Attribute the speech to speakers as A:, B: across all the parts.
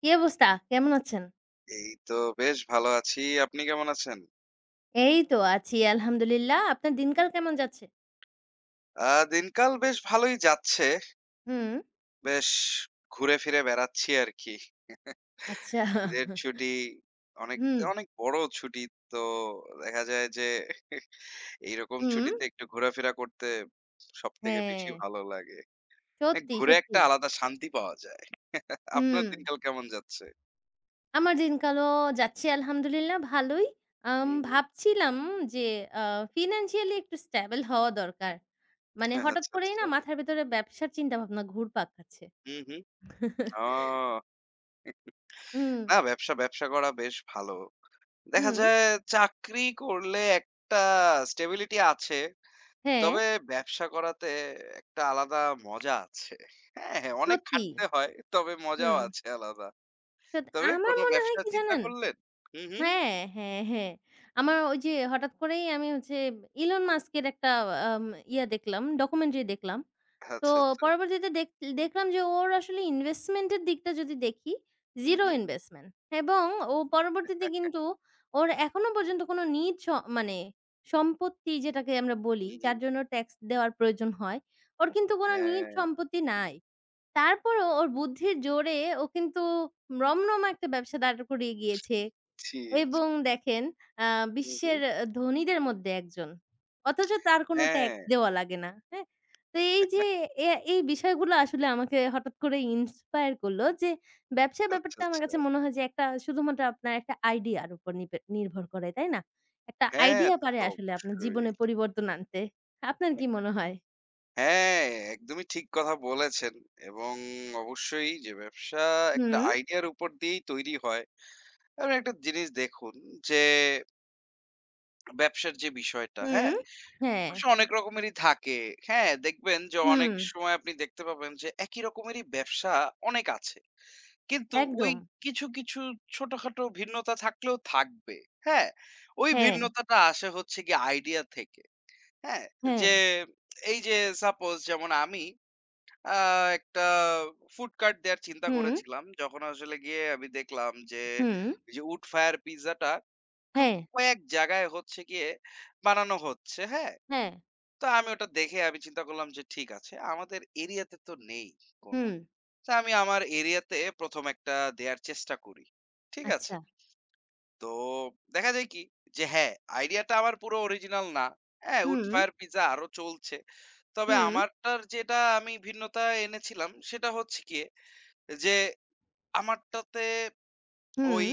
A: কি অবস্থা? কেমন আছেন?
B: এই তো বেশ ভালো আছি। আপনি কেমন আছেন?
A: এই তো আছি আলহামদুলিল্লাহ। আপনার দিনকাল কেমন যাচ্ছে?
B: দিনকাল বেশ ভালোই যাচ্ছে।
A: হুম,
B: বেশ ঘুরে ফিরে বেড়াচ্ছি আরকি।
A: আচ্ছা।
B: ঈদের ছুটি অনেক,
A: হুম,
B: অনেক বড় ছুটি। তো দেখা যায় যে এইরকম
A: হুম,
B: ছুটিতে একটু ঘোরাফেরা করতে সবথেকে
A: হ্যাঁ,
B: বেশি ভালো লাগে।
A: সত্যি,
B: ঘুরে
A: সত্যি।
B: একটা আলাদা শান্তি পাওয়া যায়। আপনার
A: হুম,
B: দিনকাল কেমন যাচ্ছে?
A: আমার দিনকালও যাচ্ছে আলহামদুলিল্লাহ ভালোই।
B: হুম, হুম।
A: ভাবছিলাম যে আ ফিন্যান্সিয়ালি একটু স্টেবল হওয়া দরকার। মানে হঠাৎ
B: আচ্ছা,
A: করেই না
B: আচ্ছা।
A: মাথার ভেতরে ব্যবসার চিন্তাভাবনা ঘুরপাক খাচ্ছে।
B: হুম, হুম। ও!
A: হুম,
B: না ব্যবসা করা বেশ ভালো। দেখা
A: হুম,
B: যায় চাকরি করলে একটা স্টেবিলিটি আছে।
A: হ্যাঁ,
B: তবে ব্যবসা করাতে একটা আলাদা মজা আছে। হ্যাঁ, হ্যাঁ, অনেক
A: সত্যি।
B: খাটতে হয়। তবে মজাও
A: হুম,
B: আছে আলাদা।
A: সত
B: তবে
A: আমার
B: কোন
A: মনে হয়
B: ব্যবসা
A: কি
B: চিন্তা
A: জানেন?
B: করলেন? হু, হু।
A: হ্যাঁ, হ্যাঁ, হ্যাঁ। আমার ওই যে হঠাৎ করেই আমি হচ্ছে ইলন মাস্কের একটা আম দেখলাম, ডকুমেন্টারি দেখলাম। তো
B: আচ্ছা, আচ্ছা।
A: পরবর্তীতে দেখলাম যে ওর আসলে ইনভেস্টমেন্ট এর দিকটা যদি দেখি,
B: হু,
A: জিরো
B: হু,
A: ইনভেস্টমেন্ট এবং ও পরবর্তীতে কিন্তু ওর এখনো পর্যন্ত কোনো নিজ মানে সম্পত্তি যেটাকে আমরা
B: হু,
A: বলি,
B: হু।
A: যার জন্য ট্যাক্স দেওয়ার প্রয়োজন হয়, ওর কিন্তু কোনো নিজ
B: হ্যাঁ,
A: সম্পত্তি নাই। তারপরেও ওর বুদ্ধির জোরে ও কিন্তু রমরমা একটা ব্যবসা দাঁড় করিয়ে গিয়েছে।
B: জি, জি।
A: এবং দেখেন আ
B: হু, হু।
A: বিশ্বের ধনীদের মধ্যে একজন। অথচ তার কোনো
B: হ্যাঁ,
A: ট্যাক্স দেওয়া লাগে না। হ্যাঁ? তো এই যে এই বিষয়গুলো আসলে আমাকে হঠাৎ করে ইন্সপায়ার করলো যে ব্যবসা
B: আচ্ছা,
A: ব্যাপারটা আমার
B: আচ্ছা।
A: কাছে মনে হয় যে একটা শুধুমাত্র আপনার একটা আইডিয়ার উপর নির্ভর করে, তাই না? একটা
B: হ্যাঁ,
A: আইডিয়া
B: তা
A: পারে
B: তো
A: আসলে আপনার
B: অবশ্যই।
A: জীবনে পরিবর্তন আনতে। আপনার কি মনে হয়?
B: হ্যাঁ, একদমই ঠিক কথা বলেছেন। এবং অবশ্যই যে ব্যবসা একটা
A: হুম,
B: আইডিয়ার উপর দিয়েই তৈরি হয়। আপনি একটা জিনিস দেখুন যে ব্যবসার যে বিষয়টা,
A: হুম,
B: হ্যাঁ?
A: হ্যাঁ,
B: অবশ্য অনেক রকমেরই থাকে। হ্যাঁ, দেখবেন যে অনেক
A: হুম,
B: সময় আপনি দেখতে পাবেন যে একই রকমেরই ব্যবসা অনেক আছে। কিন্তু ওই
A: একদম।
B: কিছু, কিছু ছোটখাটো ভিন্নতা থাকলেও থাকবে। হ্যাঁ? ওই
A: হ্যাঁ,
B: ভিন্নতাটা আসে হচ্ছে গিয়ে আইডিয়া থেকে। হ্যাঁ?
A: হ্যাঁ,
B: যে এই যে সাপোজ যেমন আমি আ একটা ফুড কার্ট দেয়ার চিন্তা
A: হুম,
B: করেছিলাম। যখন আসলে গিয়ে আমি দেখলাম যে,
A: হুম,
B: ওই যে উড ফায়ার পিজ্জাটা খুব
A: হ্যাঁ,
B: কয়েক জায়গায় হচ্ছে গিয়ে বানানো হচ্ছে, হ্যাঁ?
A: হ্যাঁ,
B: তো আমি ওটা দেখে আমি চিন্তা করলাম যে ঠিক আছে, আমাদের এরিয়াতে তো নেই কোন।
A: হুম,
B: তো আমি আমার এরিয়াতে ১ম একটা দেয়ার চেষ্টা করি। ঠিক আছে?
A: আচ্ছা।
B: তো দেখা যায় কি যে হ্যাঁ, আইডিয়াটা আমার পুরো অরিজিনাল না। হ্যাঁ, উড
A: হুম,
B: ফায়ার পিজ্জা আরো চলছে। তবে
A: হুম,
B: আমারটার যেটা আমি ভিন্নতা এনেছিলাম সেটা হচ্ছে গিয়ে যে আমারটাতে
A: হুম।
B: ওই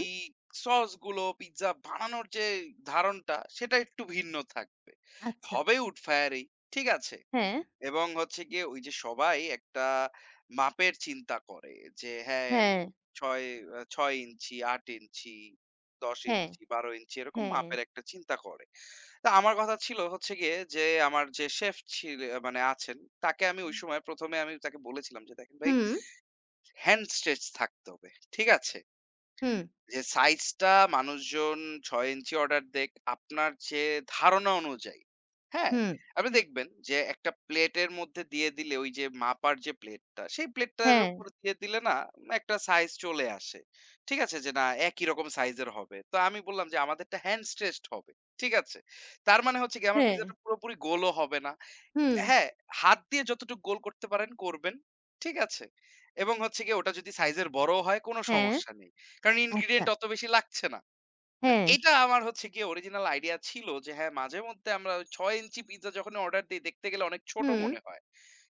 B: সসগুলো পিজ্জা বানানোর যে ধারণটা সেটা একটু ভিন্ন থাকবে।
A: আচ্ছা।
B: হবে উড ফায়ারেই, ঠিক আছে?
A: হ্যাঁ,
B: এবং হচ্ছে গিয়ে ওই যে সবাই একটা মাপের চিন্তা করে যে হ্যাঁ
A: হ্যাঁ,
B: ছয় ছয় ইঞ্চি আট ইঞ্চি দশ
A: হ্যাঁ,
B: ইঞ্চি বারো ইঞ্চি এরকম
A: হ্যাঁ।
B: মাপের একটা চিন্তা করে তা আমার কথা ছিল হচ্ছে গিয়ে যে আমার যে শেফ ছিল মানে আছেন তাকে আমি ওই সময় প্রথমে আমি তাকে বলেছিলাম যে দেখেন ভাই
A: হুম,
B: হ্যান্ড স্ট্রেচ থাকতে হবে ঠিক আছে
A: হুম,
B: যে সাইজটা মানুষজন ৬ ইঞ্চি অর্ডার দেক, আপনার যে ধারণা অনুযায়ী, হ্যাঁ?
A: হুম।
B: আপনি দেখবেন যে একটা প্লেটের মধ্যে দিয়ে দিলে ওই যে মাপার যে প্লেটটা, সেই প্লেটটার
A: হ্যাঁ,
B: উপরে দিয়ে দিলে না একটা সাইজ চলে আসে। ঠিক আছে? যে না একই রকম সাইজের হবে। তো আমি বললাম যে আমাদেরটা হ্যান্ড স্ট্রেচড হবে। ঠিক আছে? তার মানে হচ্ছে কি আমার
A: হ্যাঁ,
B: পিজ্জাটা পুরোপুরি গোলও হবে না।
A: হুম।
B: হ্যাঁ, হাত দিয়ে যতটুকু গোল করতে পারেন করবেন। ঠিক আছে? এবং হচ্ছে গিয়ে ওটা যদি সাইজের বড়ও হয় কোনো
A: হ্যাঁ,
B: সমস্যা নেই। কারণ
A: আচ্ছা,
B: ইনগ্রেডিয়েন্ট অত বেশি লাগছে না। তো
A: হ্যাঁ।
B: এটা আমার হচ্ছে গিয়ে অরিজিনাল আইডিয়া ছিল যে হ্যাঁ, মাঝে মধ্যে আমরা ৬ ইঞ্চি পিজ্জা যখনই অর্ডার দেই দেখতে গেলে অনেক ছোট
A: হুম,
B: মনে হয়।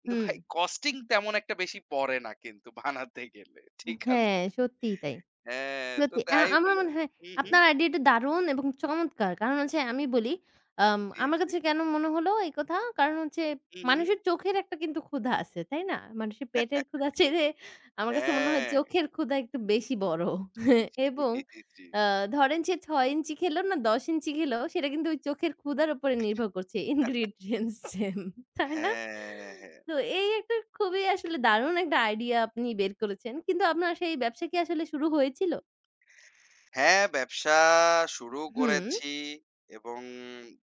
B: কিন্তু
A: হুম।
B: ভাই কস্টিং তেমন একটা বেশি পড়ে না কিন্তু বানাতে গেলে। ঠিক
A: হ্যাঁ,
B: আছে?
A: সত্যিই তাই।
B: হ্যাঁ, তো
A: সত্যি।
B: তাই
A: আমার
B: বলে
A: মনে হয়
B: হু, হু।
A: আপনার আইডিয়াটা দারুণ এবং চমৎকার। কারণ হচ্ছে আমি বলি,
B: জি,
A: আমার
B: জি।
A: কাছে কেন মনে হলো এই কথা? কারণ হচ্ছে
B: হু, হু।
A: মানুষের চোখের একটা কিন্তু ক্ষুধা আছে, তাই না? মানুষের পেটের ক্ষুধা চেয়ে আমার কাছে মনে হয়
B: হ্যাঁ।
A: চোখের ক্ষুধা একটু বেশি বড়। এবং
B: জি, জি।
A: আ ধরেন সে ৬ ইঞ্চি খেলো না ১০ ইঞ্চি খেলো সেটা কিন্তু ওই চোখের ক্ষুধার উপরে নির্ভর করছে ingredients সেম, তাই না?
B: হ্যাঁ।
A: তো এই একটা খুবই আসলে দারুণ একটা আইডিয়া আপনি বের করেছেন। কিন্তু আপনার সেই ব্যবসা কি আসলে শুরু হয়েছিল?
B: হ্যাঁ, ব্যবসা শুরু
A: হুম,
B: করেছি এবং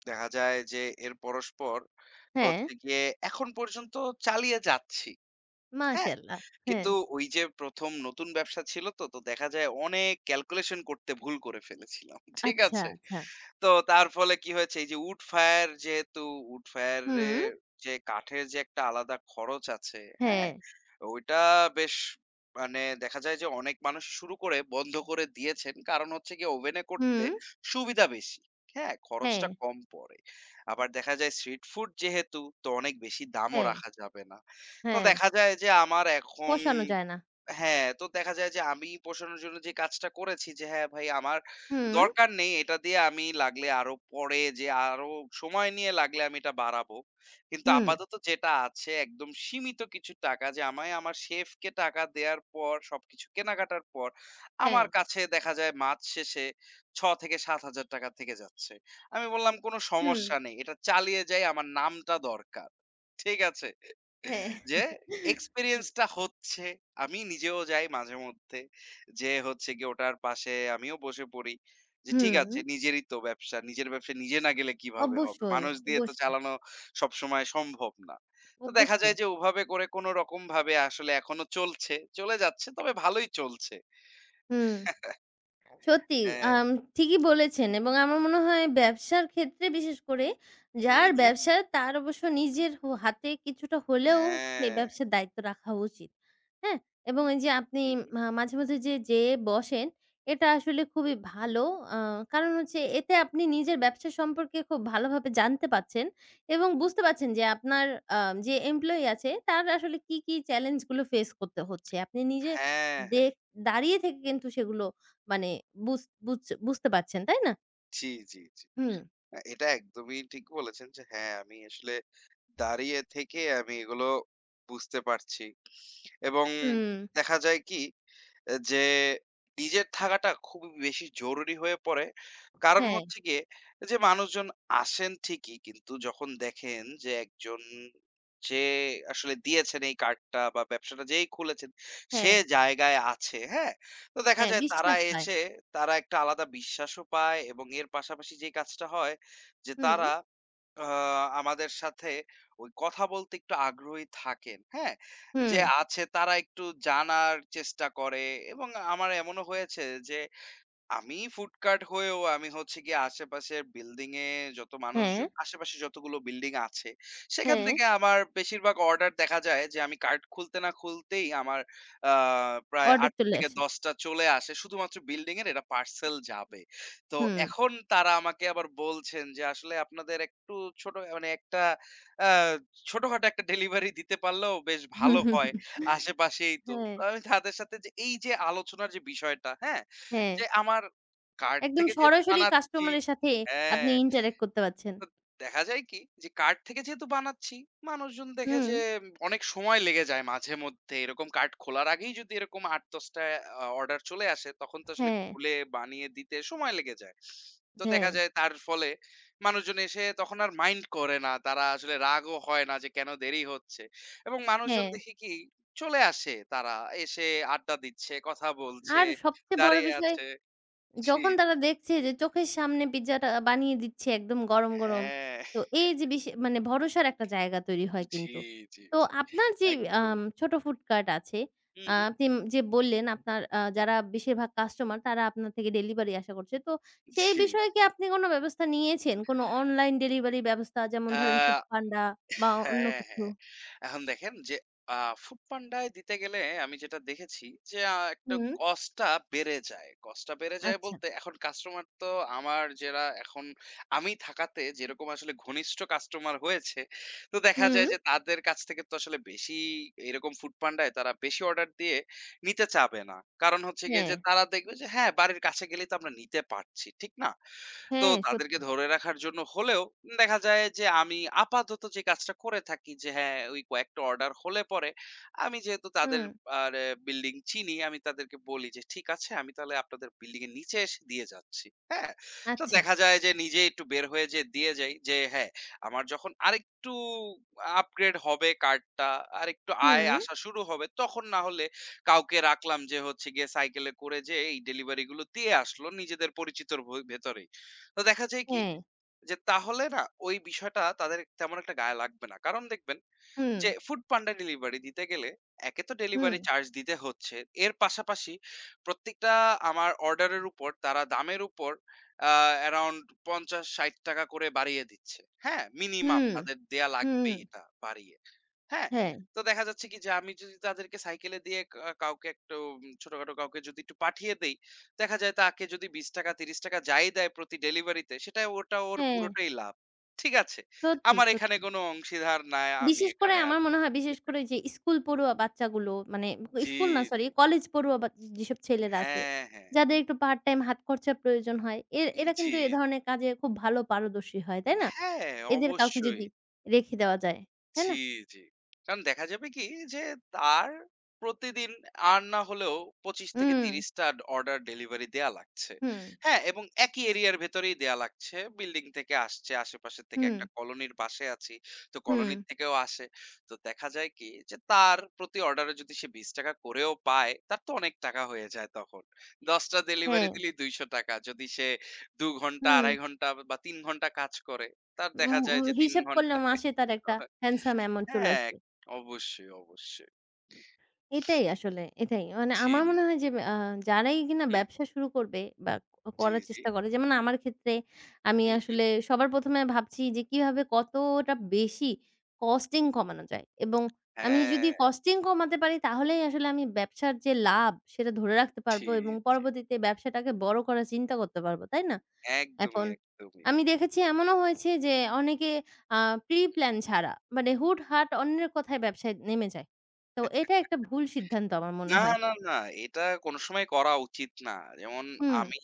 B: দেখা যায় যে এর পরস্পর
A: হ্যাঁ,
B: হচ্ছে গিয়ে এখন পর্যন্ত চালিয়ে যাচ্ছি। হ্যাঁ?
A: মাশাআল্লাহ। হ্যাঁ,
B: কিন্তু ওই যে ১ম নতুন ব্যবসা ছিল তো দেখা যায় অনেক ক্যালকুলেশন করতে ভুল করে ফেলেছিলাম। ঠিক
A: আচ্ছা,
B: আছে?
A: আচ্ছা।
B: তো তার ফলে কি হয়েছে? এই যে উড ফায়ার যেহেতু উড ফায়ার
A: হুম,
B: এর যে কাঠের যে একটা আলাদা খরচ আছে,
A: হ্যাঁ,
B: হ্যাঁ? ওইটা বেশ মানে দেখা যায় যে অনেক মানুষ শুরু করে বন্ধ করে দিয়েছেন। কারণ হচ্ছে গিয়ে ওভেনে করতে
A: হুম,
B: সুবিধা বেশি। হ্যাঁ?
A: হ্যাঁ,
B: খরচটা কম পড়ে। আবার দেখা যায় স্ট্রিট ফুড যেহেতু তো অনেক বেশি দামও
A: হ্যাঁ,
B: রাখা যাবে না। তো
A: হ্যাঁ,
B: দেখা যায় যে আমার এখন
A: পোষানো যায় না।
B: হ্যাঁ, তো দেখা যায় যে আমি পোষানোর জন্য যে কাজটা করেছি যে হ্যাঁ, ভাই আমার
A: হুম,
B: দরকার নেই। এটা দিয়ে আমি লাগলে আরো পরে যে আরো সময় নিয়ে লাগলে আমি এটা বাড়াবো। কিন্তু
A: হুম,
B: আপাতত যেটা আছে একদম সীমিত কিছু টাকা যে আমায় আমার শেফকে টাকা দেয়ার পর সবকিছু কেনাকাটার পর
A: হ্যাঁ,
B: আমার কাছে দেখা যায় মাস শেষে ৳৬,000-7,000 থেকে সাত হাজার টাকা থেকে যাচ্ছে। আমি বললাম, "কোনো
A: হুম,
B: সমস্যা নেই। এটা চালিয়ে যাই। আমার নামটা দরকার।" ঠিক আছে?
A: হ্যাঁ।
B: যে এক্সপেরিয়েন্সটা হচ্ছে। আমি নিজেও যাই মাঝে মধ্যে। যেয়ে হচ্ছে গিয়ে ওটার পাশে আমিও বসে পড়ি। যে ঠিক
A: হুম,
B: আছে নিজেরই তো ব্যবসা। নিজের ব্যবসা নিজে না গেলে কিভাবে হবে?
A: অবশ্যই,
B: মানুষ দিয়ে তো
A: অবশ্যই,
B: চালানো সবসময় সম্ভব না। তো দেখা
A: অবশ্যই।
B: যায় যে ওভাবে করে কোন রকম ভাবে আসলে এখনো চলছে। চলে যাচ্ছে তবে ভালোই চলছে।
A: হুম। সত্যি
B: হ্যাঁ।
A: আম ঠিকই বলেছেন এবং আমার মনে হয় ব্যবসার ক্ষেত্রে বিশেষ করে
B: হুম,
A: যার
B: হুম।
A: ব্যবসা তার অবশ্য নিজের হাতে কিছুটা হলেও এই
B: হ্যাঁ।
A: ব্যবসার দায়িত্ব রাখা উচিত। হ্যাঁ? এবং এই যে আপনি
B: হুম, হুম।
A: মাঝে, মাঝে যে যেয়ে বসেন এটা আসলে খুবই ভালো। আ কারণ হচ্ছে এতে আপনি নিজের ব্যবসা সম্পর্কে খুব ভালোভাবে জানতে পারছেন এবং বুঝতে পারছেন যে আপনার আ যে এমপ্লয়ি আছে তার আসলে কি, কি চ্যালেঞ্জ গুলো ফেস করতে হচ্ছে। আপনি নিজে
B: হ্যাঁ, হ্যাঁ।
A: দেখ দাঁড়িয়ে থেকে কিন্তু সেগুলো মানে বুঝ বুঝ বুঝতে পারছেন, তাই না?
B: জি, জি, জি।
A: হুম,
B: এটা একদমই ঠিক বলেছেন যে হ্যাঁ, আমি আসলে দাঁড়িয়ে থেকে আমি এগুলো বুঝতে পারছি। এবং
A: হুম।
B: দেখা যায় কি যে নিজের থাকাটা খুবই বেশি জরুরি হয়ে পড়ে। কারণ
A: হ্যাঁ,
B: হচ্ছে গিয়ে যে মানুষজন আসেন ঠিকই কিন্তু যখন দেখেন যে একজন যে আসলে দিয়েছেন এই কার্ডটা বা ব্যবসাটা যেই খুলেছেন সে
A: হ্যাঁ,
B: জায়গায় আছে, হ্যাঁ? তো দেখা
A: হ্যাঁ,
B: যায় তারা
A: বিশ্বাস পায়।
B: এসে তারা একটা আলাদা বিশ্বাসও পায় এবং এর পাশাপাশি যে কাজটা হয় যে
A: হুম,
B: তারা আ আমাদের সাথে ওই কথা বলতে একটু আগ্রহী থাকেন, হ্যাঁ?
A: হুম।
B: যে আছে তারা একটু জানার চেষ্টা করে এবং আমার এমনও হয়েছে যে আমি ফুড কার্ট হয়েও আমি হচ্ছে গিয়ে আশেপাশের বিল্ডিং এ যত
A: হ্যাঁ,
B: মানুষজন আশেপাশে যতগুলো বিল্ডিং আছে সেখান
A: হ্যাঁ,
B: থেকে আমার বেশিরভাগ অর্ডার দেখা যায় যে আমি কার্ট খুলতে না খুলতেই আমার প্রায়
A: অর্ডার
B: আট
A: চলে
B: থেকে
A: আসে।
B: দশটা চলে আসে শুধুমাত্র বিল্ডিং এর এটা পার্সেল যাবে তো
A: হুম।
B: এখন তারা আমাকে আবার বলছেন যে আসলে আপনাদের একটু ছোট মানে একটা আহ, ছোটখাটো একটা ডেলিভারি দিতে পারলেও বেশ
A: হুম,
B: ভালো
A: হুম,
B: হয়
A: হুম।
B: আশেপাশেই তো
A: হ্যাঁ,
B: আমি তাদের সাথে যে এই যে আলোচনার যে বিষয়টা হ্যাঁ
A: হ্যাঁ,
B: যে আমার কার্ড
A: একদম
B: থেকে যেহেতু
A: সরাসরি
B: বানাচ্ছি
A: কাস্টমারের সাথে আপনি
B: হ্যাঁ,
A: ইন্টারেক্ট করতে পারছেন।
B: তো দেখা যায় কি যে কার্ড থেকে যেহেতু বানাচ্ছি, মানুষজন দেখে
A: হুম।
B: যে অনেক সময় লেগে যায় মাঝেমধ্যে। এরকম কার্ড খোলার আগেই যদি এরকম ৮-১০ টা অর্ডার চলে আসে, তখন তো আসলে
A: হ্যাঁ,
B: খুলে বানিয়ে দিতে সময় লেগে যায়। তো
A: হ্যাঁ,
B: দেখা যায় তার ফলে মানুষজন এসে তখন আর মাইন্ড করে না। তারা আসলে রাগও হয় না যে কেন দেরি হচ্ছে। এবং মানুষজন
A: হ্যাঁ।
B: দেখি কি চলে আসে তারা, এসে আড্ডা দিচ্ছে, কথা বলছে,
A: আর সবচেয়ে বড়
B: দাঁড়িয়ে
A: বিষয়
B: আছে। জি,
A: যখন তারা দেখছে যে চোখের সামনে পিজ্জাটা বানিয়ে দিচ্ছে একদম গরম, গরম।
B: হ্যাঁ।
A: তো এই যে মানে ভরসার একটা জায়গা তৈরি হয়
B: জি,
A: কিন্তু।
B: জি,
A: তো
B: জি।
A: আপনার যে
B: একদমই।
A: ছোট ফুড কার্ট আছে,
B: হু, হু।
A: আপনি যে বললেন আপনার যারা বেশিরভাগ কাস্টমার তারা আপনার থেকে ডেলিভারি আশা করছে। তো সেই
B: জি।
A: বিষয়ে কি আপনি কোনো ব্যবস্থা নিয়েছেন? কোনো অনলাইন ডেলিভারি ব্যবস্থা যেমন
B: আ
A: ধরেন ফুডপান্ডা বা অন্য
B: হ্যাঁ,
A: কিছু?
B: হ্যাঁ। এখন দেখেন যে আ ফুডপান্ডায় দিতে গেলে আমি যেটা দেখেছি যে একটা
A: হুম,
B: কস্টটা বেড়ে যায়। কস্টটা বেড়ে যায়
A: আচ্ছা।
B: বলতে এখন কাস্টমার তো আমার যারা এখন আমি থাকাতে যেরকম আসলে ঘনিষ্ঠ কাস্টমার হয়েছে, তো দেখা
A: হুম,
B: যায় যে তাদের কাছ থেকে তো আসলে বেশি এরকম ফুডপান্ডায় তারা বেশি অর্ডার দিয়ে নিতে চাবে না। কারণ হচ্ছে গিয়ে
A: হ্যাঁ,
B: যে তারা দেখবে যে হ্যাঁ, বাড়ির কাছে গেলেই তো আমরা নিতে পারছি। ঠিক না? তো
A: হ্যাঁ,
B: তাদেরকে
A: সত্যি।
B: ধরে রাখার জন্য হলেও দেখা যায় যে আমি আপাতত যে কাজটা করে থাকি যে হ্যাঁ ওই কয়েকটা অর্ডার হলে পরে আমি যেহেতু
A: হুম,
B: তাদের আর বিল্ডিং চিনি আমি তাদেরকে বলি যে ঠিক আছে আমি তাহলে আপনাদের বিল্ডিং এর নিচে এসে দিয়ে যাচ্ছি হ্যাঁ তো
A: আচ্ছা।
B: দেখা যায় যে নিজে একটু বের হয়ে যে দিয়ে যাই যে হ্যাঁ আমার যখন আরেকটু আপগ্রেড হবে কার্ডটা আরেকটু আয়
A: হুম,
B: আসা শুরু হবে তখন না হলে কাউকে রাখলাম যে হচ্ছে গিয়ে সাইকেলে করে যে এই ডেলিভারি গুলো দিয়ে আসলো নিজেদের পরিচিতর ভেতরে তো দেখা যায় কি
A: হ্যাঁ,
B: যে তাহলে না ওই বিষয়টা তাদের তেমন একটা গায়ে লাগবে না। কারণ দেখবেন
A: হুম,
B: যে ফুড পান্ডা ডেলিভারি দিতে গেলে একে তো
A: হুম।
B: ডেলিভারি চার্জ দিতে হচ্ছে। এর পাশাপাশি প্রত্যেকটা আমার অর্ডারের উপর তারা দামের উপর আ অ্যারাউন্ড ৳৫০-৬০ করে বাড়িয়ে দিচ্ছে। হ্যাঁ? মিনিমাম
A: হুম,
B: তাদের দেয়া
A: হুম,
B: লাগবেই এটা বাড়িয়ে। হ্যাঁ,
A: হ্যাঁ,
B: তো দেখা যাচ্ছে কি যে আমি যদি তাদেরকে সাইকেলে দিয়ে কাউকে একটু ছোটখাটো কাউকে যদি একটু পাঠিয়ে দেই, দেখা যায় তাকে যদি ৳২০ ৳৩০ যাই দেয় প্রতি ডেলিভারিতে সেটা ওটা ওর
A: হ্যাঁ,
B: পুরোটাই লাভ। ঠিক আছে?
A: সত্যি,
B: আমার এখানে
A: সত্যি।
B: কোনো অংশীদার নাই আমি
A: বিশেষ করে
B: এখানে আর
A: আমার মনে হয় বিশেষ করে যে স্কুল পড়ুয়া বাচ্চাগুলো মানে
B: জি,
A: স্কুল না সরি
B: জি।
A: কলেজ পড়ুয়া বা যেসব ছেলেরা আছে,
B: হ্যাঁ, হ্যাঁ।
A: যাদের একটু পার্ট টাইম হাত খরচার প্রয়োজন হয়, এরা কিন্তু
B: জি,
A: এ
B: জি।
A: ধরনের কাজে খুব ভালো পারদর্শী হয়, তাই না?
B: হ্যাঁ,
A: এদের কাউকে
B: অবশ্যই।
A: যদি রেখে দেওয়া যায়, তাই
B: জি,
A: না?
B: জি। কারণ দেখা যাবে কি যে তার প্রতিদিন আর না হলেও ২৫ থেকে
A: হুম,
B: ৩০ টা অর্ডার ডেলিভারি দেয়া লাগছে।
A: হুম,
B: হ্যাঁ? এবং একই এরিয়ার ভেতরেই দেয়া লাগছে। বিল্ডিং থেকে আসছে, আশেপাশের থেকে
A: হুম,
B: একটা কলোনির পাশে আছি। তো
A: হুম,
B: কলোনির থেকেও আসে। তো দেখা যায় কি যে তার প্রতি অর্ডারে যদি সে ৳২০ করেও পায়, তার তো অনেক টাকা হয়ে যায় তখন। ১০ টা ডেলিভারি
A: হ্যাঁ,
B: দিলেই ৳২০০। যদি সে ২ ঘন্টা,
A: হুম,
B: ২.৫ ঘন্টা বা ৩ ঘন্টা কাজ করে, তার
A: উম
B: দেখা যায়
A: উম
B: যে ৩
A: হিসাব করলে
B: ঘন্টায়
A: মাসে তার একটা handsome অ্যামাউন্ট চলে
B: হ্যাঁ,
A: আসবে।
B: অবশ্যই, অবশ্যই।
A: এটাই আসলে, এটাই। মানে
B: জি,
A: আমার মনে হয় যে যারাই কিনা
B: হু,
A: ব্যবসা শুরু করবে বা
B: জি,
A: করার
B: জি।
A: চেষ্টা করে যেমন আমার ক্ষেত্রে আমি
B: হুম, হুম।
A: আসলে সবার ১ম এ ভাবছি যে কিভাবে কতটা বেশি কস্টিং কমানো যায় এবং আমি যদি
B: হ্যাঁ,
A: কস্টিং কমাতে পারি তাহলেই আসলে আমি ব্যবসার যে লাভ সেটা ধরে রাখতে
B: জি,
A: পারবো এবং
B: জি।
A: পরবর্তীতে ব্যবসাটাকে বড় করার চিন্তা করতে পারবো, তাই না?
B: একদমই,
A: এখন
B: একদমই।
A: আমি দেখেছি এমনও হয়েছে যে অনেকে আ প্রি প্ল্যান ছাড়া মানে হুটহাট অন্যের কথায় ব্যবসায় নেমে যায়। তো এটা একটা ভুল সিদ্ধান্ত আমার মনে
B: না,
A: হয়।
B: না, না এটা কোন সময় করা উচিত না। যেমন
A: হুম,
B: আমি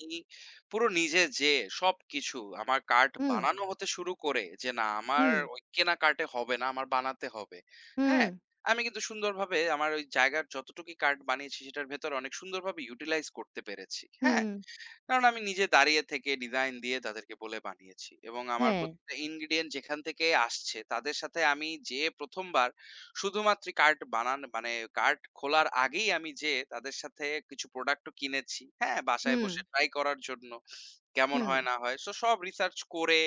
B: পুরো নিজে যেয়ে সবকিছু আমার কার্ড
A: হুম,
B: বানানো হতে শুরু করে যে না আমার
A: হুম,
B: ওই কেনা কার্ড এ হবে না, আমার বানাতে হবে।
A: হুম,
B: হ্যাঁ? আমি কিন্তু সুন্দরভাবে আমার ওই জায়গার যতটুকুই কার্ড বানিয়েছি সেটার ভেতরে অনেক সুন্দরভাবে ইউটিলাইজ করতে পেরেছি। হ্যাঁ?
A: হুম,
B: কারণ আমি নিজে দাঁড়িয়ে থেকে ডিজাইন দিয়ে তাদেরকে বলে বানিয়েছি এবং আমার
A: হ্যাঁ।
B: প্রত্যেকটা ইনগ্রিডিয়েন্ট যেখান থেকে আসছে তাদের সাথে আমি যে প্রথমবার শুধুমাত্র কার্ড বানান মানে কার্ড খোলার আগেই আমি যে তাদের সাথে কিছু প্রোডাক্টও কিনেছি হ্যাঁ বাসায়
A: হুম,
B: বসে ট্রাই করার জন্য কেমন
A: হুম,
B: হয় না হয় তো সব রিসার্চ করে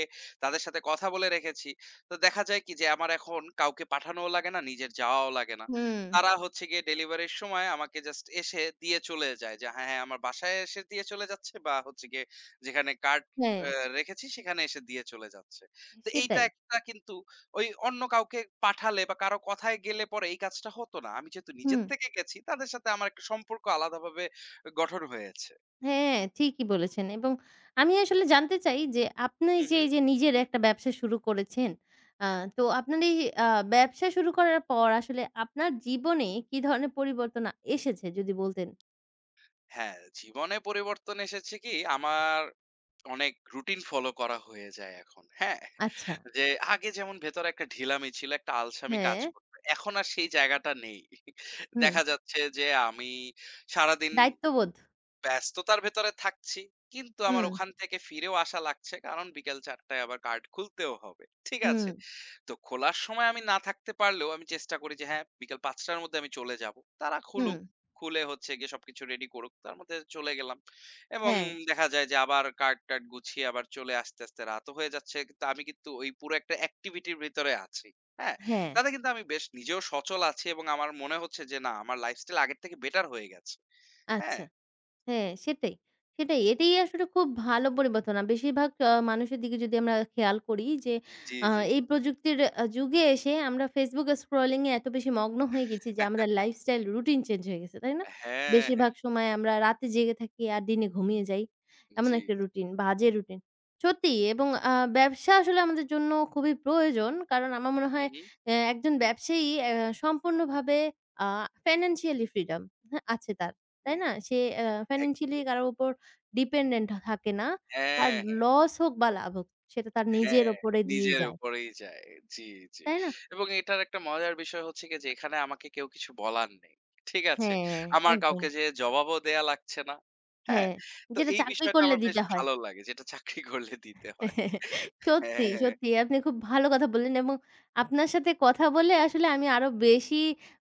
B: তাদের সাথে কথা বলে রেখেছি তো দেখা যায় কি যে আমার এখন কাউকে পাঠানোও লাগে না নিজের যাওয়াও লাগে না
A: হুম।
B: তারা হচ্ছে গিয়ে ডেলিভারির সময় আমাকে জাস্ট এসে দিয়ে চলে যায় যে, হ্যাঁ, হ্যাঁ, আমার বাসায় এসে দিয়ে চলে যাচ্ছে বা হচ্ছে গিয়ে যেখানে কার্ড
A: হ্যাঁ,
B: অ্যা রেখেছি সেখানে এসে দিয়ে চলে যাচ্ছে। তো এইটা
A: সেটাই।
B: একটা কিন্তু ওই অন্য কাউকে পাঠালে বা কারো কথায় গেলে পরে এই কাজটা হতো না। আমি যেহেতু
A: হুম।
B: নিজের থেকে গেছি তাদের সাথে আমার একটা সম্পর্ক আলাদাভাবে গঠন হয়েছে।
A: হ্যাঁ, ঠিকই বলেছেন এবং আমি আসলে জানতে চাই যে আপনি
B: হু,
A: যে
B: হু।
A: এই যে নিজের একটা ব্যবসা শুরু করেছেন, আ তো আপনার এই আ ব্যবসা শুরু করার পর আসলে আপনার জীবনে কি ধরনের পরিবর্তন এসেছে যদি বলতেন?
B: হ্যাঁ, জীবনে পরিবর্তন এসেছে কি আমার অনেক রুটিন ফলো করা হয়ে যায় এখন। হ্যাঁ?
A: আচ্ছা,
B: যে আগে যেমন ভেতরে একটা ঢিলামি ছিল, একটা আলসামি কাজ
A: হ্যাঁ।
B: করত। এখন আর সেই জায়গাটা নেই।
A: হুম।
B: দেখা যাচ্ছে যে আমি সারাদিন
A: দায়িত্ববোধ।
B: ব্যস্ততার ভেতরে থাকছি। কিন্তু আমার
A: হুম,
B: ওখান থেকে ফিরেও আসা লাগছে। কারণ বিকেল ৪ টায় আবার কার্ড খুলতেও হবে। ঠিক
A: হুম,
B: আছে? তো খোলার সময় আমি না থাকতে পারলেও আমি চেষ্টা করি যে হ্যাঁ বিকাল ৫:০০ টার মধ্যে আমি চলে যাব। তারা
A: হুম।
B: খুলুক, খুলে হচ্ছে গিয়ে সবকিছু রেডি করুক। তার মধ্যে চলে গেলাম। এবং
A: হ্যাঁ।
B: দেখা যায় যে আবার কার্ড-টার্ড গুছিয়ে আবার চলে আসতে, আসতে রাতও হয়ে যাচ্ছে। কিন্তু আমি কিন্তু ওই পুরো একটা অ্যাক্টিভিটির ভিতরে আছি। হ্যাঁ?
A: হ্যাঁ,
B: তাতে কিন্তু আমি বেশ নিজেও সচল আছি এবং আমার মনে হচ্ছে যে না আমার লাইফস্টাইল আগের থেকে বেটার হয়ে গেছে।
A: আচ্ছা।
B: হ্যাঁ?
A: হ্যাঁ, সেটাই, সেটাই। এটাই আসলে খুব ভালো পরিবর্তন। বেশিরভাগ মানুষের দিকে যদি আমরা খেয়াল করি যে
B: জি,
A: আ
B: জি।
A: এই প্রযুক্তির যুগে এসে আমরা Facebook স্ক্রলিং এ এত বেশি মগ্ন হয়ে গেছি যে আমাদের লাইফস্টাইল রুটিন চেঞ্জ হয়ে গেছে, তাই না?
B: হ্যাঁ, হ্যাঁ।
A: বেশিরভাগ সময় আমরা রাতে জেগে থাকি আর দিনে ঘুমিয়ে যাই। এমন
B: জি।
A: একটা রুটিন, বাজে রুটিন। সত্যিই এবং ব্যবসা আসলে আমাদের জন্য খুবই প্রয়োজন। কারণ আমার মনে
B: হু,
A: হয়
B: হু।
A: একজন ব্যবসায়ী সম্পূর্ণভাবে আ ফিন্যান্সিয়ালি ফ্রিডম হ্যাঁ, আছে তার।
B: জি।
A: তাই না? সে ফাইন্যান্সিয়ালি
B: একদম।
A: কারো উপর ডিপেন্ডেন্ট থাকে না। তার
B: হ্যাঁ।
A: লস হোক বা লাভ হোক সেটা তার নিজের
B: হ্যাঁ,
A: উপরে দিয়েই
B: নিজের
A: যায়।
B: উপরেই যায়। জি, জি।
A: তাই না?
B: এবং এটার একটা মজার বিষয় হচ্ছে গিয়ে যে এখানে আমাকে কেউ কিছু বলার নেই। ঠিক আছে?
A: হ্যাঁ,
B: আমার
A: একদম।
B: কাউকে যেয়ে জবাবও দেয়া লাগছে না। হ্যাঁ?
A: হ্যাঁ,
B: তো
A: যেটা
B: এই
A: চাকরি
B: বিষয়টা
A: করলে
B: আমার বেশ
A: দিতে হয়।
B: ভালো লাগে যেটা চাকরি করলে দিতে হয়।
A: সত্যি,
B: হ্যাঁ,
A: সত্যি আপনি খুব ভালো কথা বললেন এবং আপনার সাথে কথা বলে আসলে আমি আরো বেশি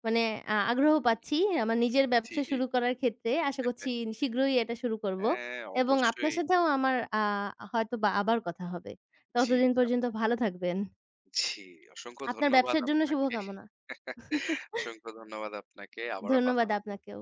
A: মানে আগ্রহ পাচ্ছি আমার নিজের
B: জি।
A: ব্যবসা শুরু করার ক্ষেত্রে। আশা করছি শীঘ্রই এটা শুরু করব
B: হ্যাঁ,
A: এবং আপনার
B: অবশ্যই।
A: সাথেও আমার হয়তোবা আবার কথা হবে।
B: জি,
A: ততদিন
B: আপ
A: পর্যন্ত ভালো থাকবেন।
B: জি। অসংখ্য
A: আপনার
B: ধন্যবাদ
A: ব্যবসার জন্য
B: আপনাকে।
A: শুভকামনা।
B: অসংখ্য ধন্যবাদ আপনাকে। আবারও কথা
A: ধন্যবাদ
B: হবে।
A: আপনাকেও।